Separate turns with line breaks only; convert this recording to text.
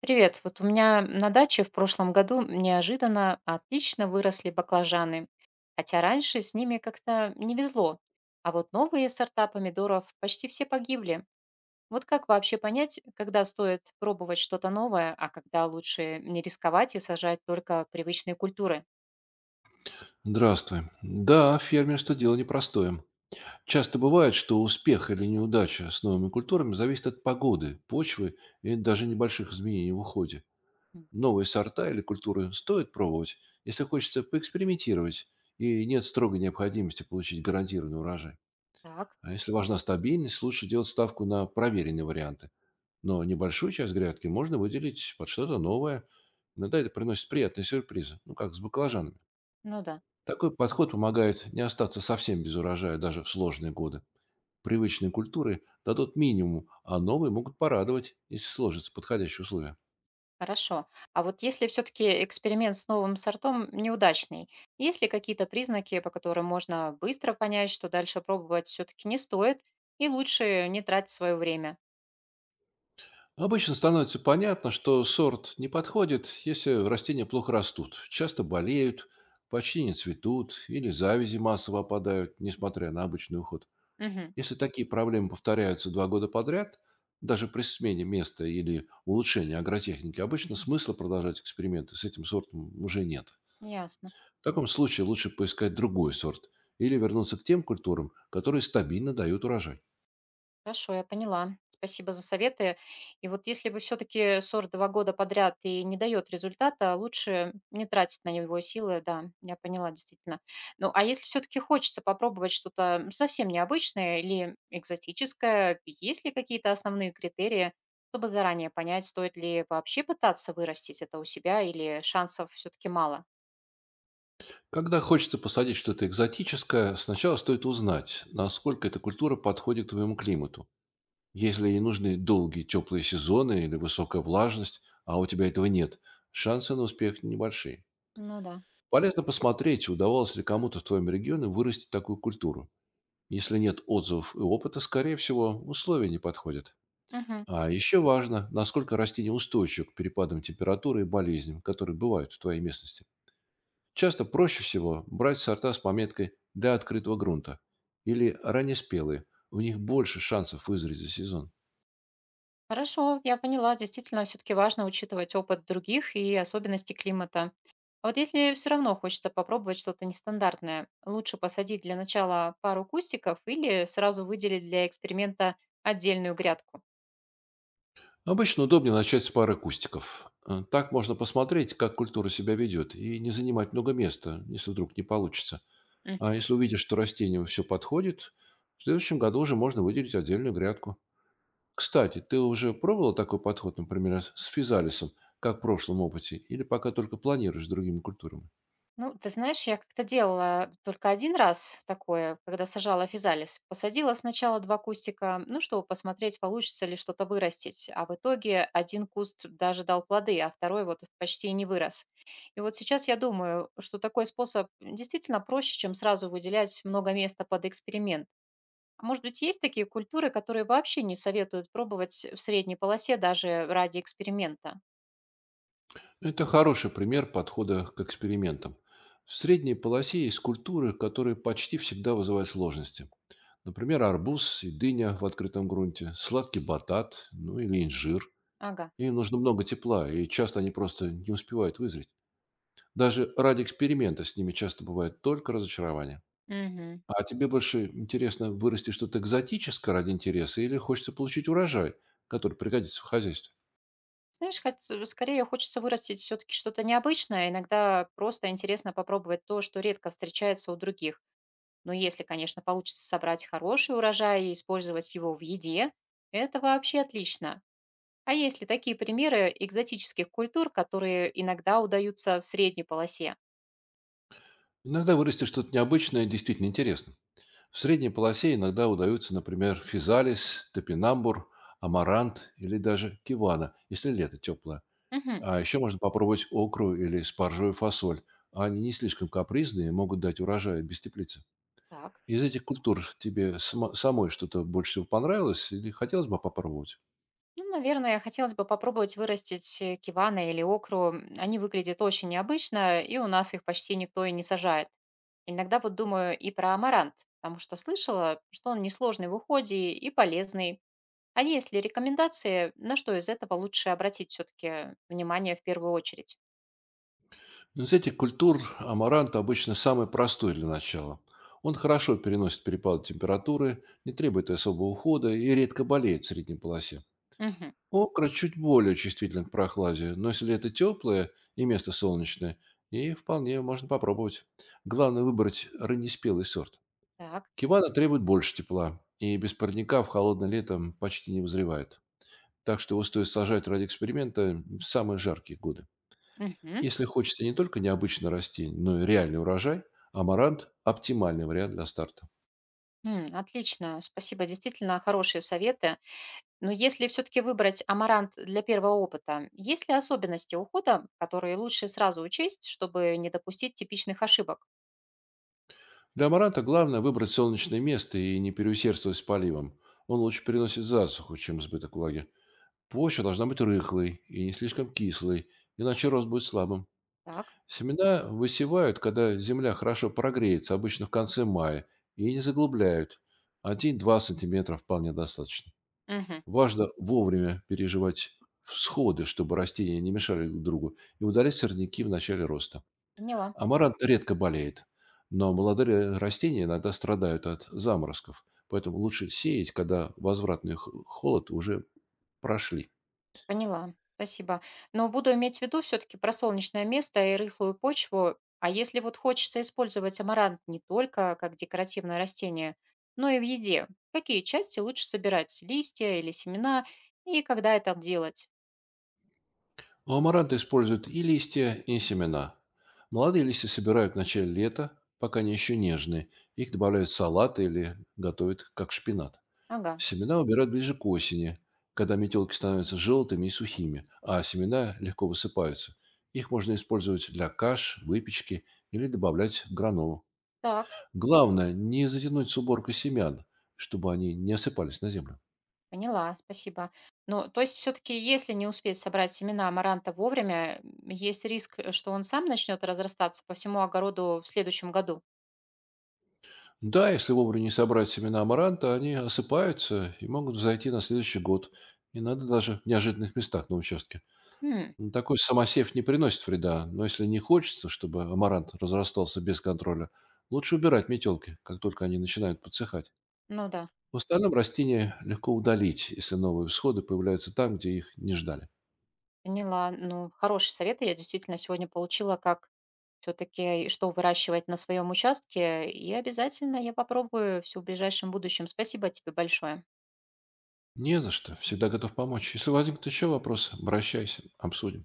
Привет. Вот у меня на даче в прошлом году неожиданно отлично выросли баклажаны, хотя раньше с ними как-то не везло. А вот новые сорта помидоров почти все погибли. Вот как вообще понять, когда стоит пробовать что-то новое, а когда лучше не рисковать и сажать только привычные культуры?
Здравствуй. Да, фермерство– дело непростое. Часто бывает, что успех или неудача с новыми культурами зависит от погоды, почвы и даже небольших изменений в уходе.
М,
Новые сорта или культуры стоит пробовать, если хочется поэкспериментировать и нет строгой необходимости получить гарантированный урожай.
так,
А если важна стабильность, лучше делать ставку на проверенные варианты. Но небольшую часть грядки можно выделить под что-то новое. Иногда это приносит приятные сюрпризы, ну как с баклажанами.
ну да.
Такой подход помогает не остаться совсем без урожая даже в сложные годы. Привычные культуры дадут минимум, а новые могут порадовать, если сложатся подходящие условия.
Хорошо. А вот если все-таки эксперимент с новым сортом неудачный, есть ли какие-то признаки, по которым можно быстро понять, что дальше пробовать все-таки не стоит, и лучше не тратить свое время?
Обычно становится понятно, что сорт не подходит, если растения плохо растут, часто болеют, почти не цветут или завязи массово опадают, несмотря на обычный уход.
Мгм.
Если такие проблемы повторяются два года подряд, даже при смене места или улучшении агротехники, обычно смысла продолжать эксперименты с этим сортом уже нет.
Ясно.
В таком случае лучше поискать другой сорт или вернуться к тем культурам, которые стабильно дают урожай.
Хорошо, я поняла. Спасибо за советы. И вот если бы все-таки сорт 2 года подряд и не дает результата, лучше не тратить на него силы, да, я поняла, действительно. Ну, а если все-таки хочется попробовать что-то совсем необычное или экзотическое, есть ли какие-то основные критерии, чтобы заранее понять, стоит ли вообще пытаться вырастить это у себя или шансов все-таки мало?
Когда хочется посадить что-то экзотическое, сначала стоит узнать, насколько эта культура подходит к твоему климату. Если ей нужны долгие теплые сезоны или высокая влажность, а у тебя этого нет, шансы на успех небольшие.
Ну да.
Полезно посмотреть, удавалось ли кому-то в твоем регионе вырастить такую культуру. Если нет отзывов и опыта, скорее всего, условия не подходят.
Мгм.
А еще важно, насколько растение устойчиво к перепадам температуры и болезням, которые бывают в твоей местности. Часто проще всего брать сорта с пометкой «для открытого грунта» или «раннеспелые». У них больше шансов вызреть за сезон.
Хорошо, я поняла. Действительно, все-таки важно учитывать опыт других и особенности климата. А вот если все равно хочется попробовать что-то нестандартное, лучше посадить для начала пару кустиков или сразу выделить для эксперимента отдельную грядку?
Обычно удобнее начать с пары кустиков. Так можно посмотреть, как культура себя ведет, и не занимать много места, если вдруг не получится. А если увидишь, что растению все подходит, в следующем году уже можно выделить отдельную грядку. Кстати, ты уже пробовал такой подход, например, с физалисом, как в прошлом опыте, или пока только планируешь с другими культурами?
Ну, ты знаешь, я как-то делала только один раз такое, когда сажала физалис. Посадила сначала 2 кустика, ну, чтобы посмотреть, получится ли что-то вырастить. А в итоге один куст даже дал плоды, а второй вот почти и не вырос. И вот сейчас я думаю, что такой способ действительно проще, чем сразу выделять много места под эксперимент. А может быть, есть такие культуры, которые вообще не советуют пробовать в средней полосе даже ради эксперимента?
Это хороший пример подхода к экспериментам. В средней полосе есть культуры, которые почти всегда вызывают сложности. Например, арбуз и дыня в открытом грунте, сладкий батат, ну или инжир.
Ага.
Им нужно много тепла, и часто они просто не успевают вызреть. Даже ради эксперимента с ними часто бывает только разочарование.
Мгм.
А тебе больше интересно вырасти что-то экзотическое ради интереса или хочется получить урожай, который пригодится в хозяйстве?
Знаешь, хоть, скорее хочется вырастить все-таки что-то необычное. Иногда просто интересно попробовать то, что редко встречается у других. Но если, конечно, получится собрать хороший урожай и использовать его в еде, это вообще отлично. А есть ли такие примеры экзотических культур, которые иногда удаются в средней полосе?
Иногда вырасти что-то необычное действительно интересно. В средней полосе иногда удаются, например, физалис, топинамбур, амарант или даже кивана, если лето теплое.
Мгм.
А еще можно попробовать окру или спаржевую фасоль. Они не слишком капризные и могут дать урожай без теплицы.
Так.
Из этих культур тебе самой что-то больше всего понравилось или хотелось бы попробовать?
Ну, наверное, хотелось бы попробовать вырастить кивана или окру. Они выглядят очень необычно, и у нас их почти никто и не сажает. Иногда вот думаю и про амарант, потому что слышала, что он несложный в уходе и полезный. А есть ли рекомендации, на что из этого лучше обратить все-таки внимание в первую очередь?
Из вот этих культур амарант обычно самый простой для начала. Он хорошо переносит перепады температуры, не требует особого ухода и редко болеет в средней полосе.
Мгм.
Окра чуть более чувствителен к прохладе, но если это теплое и место солнечное, и вполне можно попробовать. Главное выбрать раннеспелый сорт.
Так.
Кивана требует больше тепла, и без парника в холодное лето почти не вызревает. Так что его стоит сажать ради эксперимента в самые жаркие годы.
Мгм.
Если хочется не только необычно расти, но и реальный урожай, амарант– оптимальный вариант для старта.
Отлично, спасибо, действительно хорошие советы. Но если все-таки выбрать амарант для первого опыта, есть ли особенности ухода, которые лучше сразу учесть, чтобы не допустить типичных ошибок?
Для амаранта главное выбрать солнечное место и не переусердствовать с поливом. Он лучше переносит засуху, чем избыток влаги. Почва должна быть рыхлой и не слишком кислой, иначе рост будет слабым.
Так,
Семена высевают, когда земля хорошо прогреется, обычно в конце мая, и не заглубляют.— один-два сантиметра вполне достаточно.
мгм,
Важно вовремя переживать всходы, чтобы растения не мешали друг другу, и удалять сорняки в начале роста.
поняла,
Амарант редко болеет, но молодые растения иногда страдают от заморозков, поэтому лучше сеять, когда возвратный холод уже прошли.
поняла, спасибо. Но буду иметь в виду все-таки про солнечное место и рыхлую почву. А если вот хочется использовать амарант не только как декоративное растение, но и в еде, какие части лучше собирать, листья или семена, и когда это делать?
У амаранта используют и листья, и семена. Молодые листья собирают в начале лета, пока они еще нежные. Их добавляют в салаты или готовят как шпинат.
Ага,
Семена убирают ближе к осени, когда метелки становятся желтыми и сухими, а семена легко высыпаются. Их можно использовать для каш, выпечки или добавлять в гранолу.
так.
Главное, не затянуть с уборкой семян, чтобы они не осыпались на землю.
Поняла, спасибо. Ну, то есть все-таки, если не успеть собрать семена амаранта вовремя, есть риск, что он сам начнет разрастаться по всему огороду в следующем году.
Да, если вовремя не собрать семена амаранта, они осыпаются и могут взойти на следующий год. И надо даже в неожиданных местах на участке.
М,
Ну, такой самосев не приносит вреда, но если не хочется, чтобы амарант разрастался без контроля, лучше убирать метелки, как только они начинают подсыхать.
ну да,
В остальном растения легко удалить, если новые всходы появляются там, где их не ждали.
поняла. Ну, хорошие советы я действительно сегодня получила, как все-таки что выращивать на своем участке. И обязательно я попробую все в ближайшем будущем. Спасибо тебе большое.
Не за что. Всегда готов помочь. Если возникнут еще вопросы, обращайся, обсудим.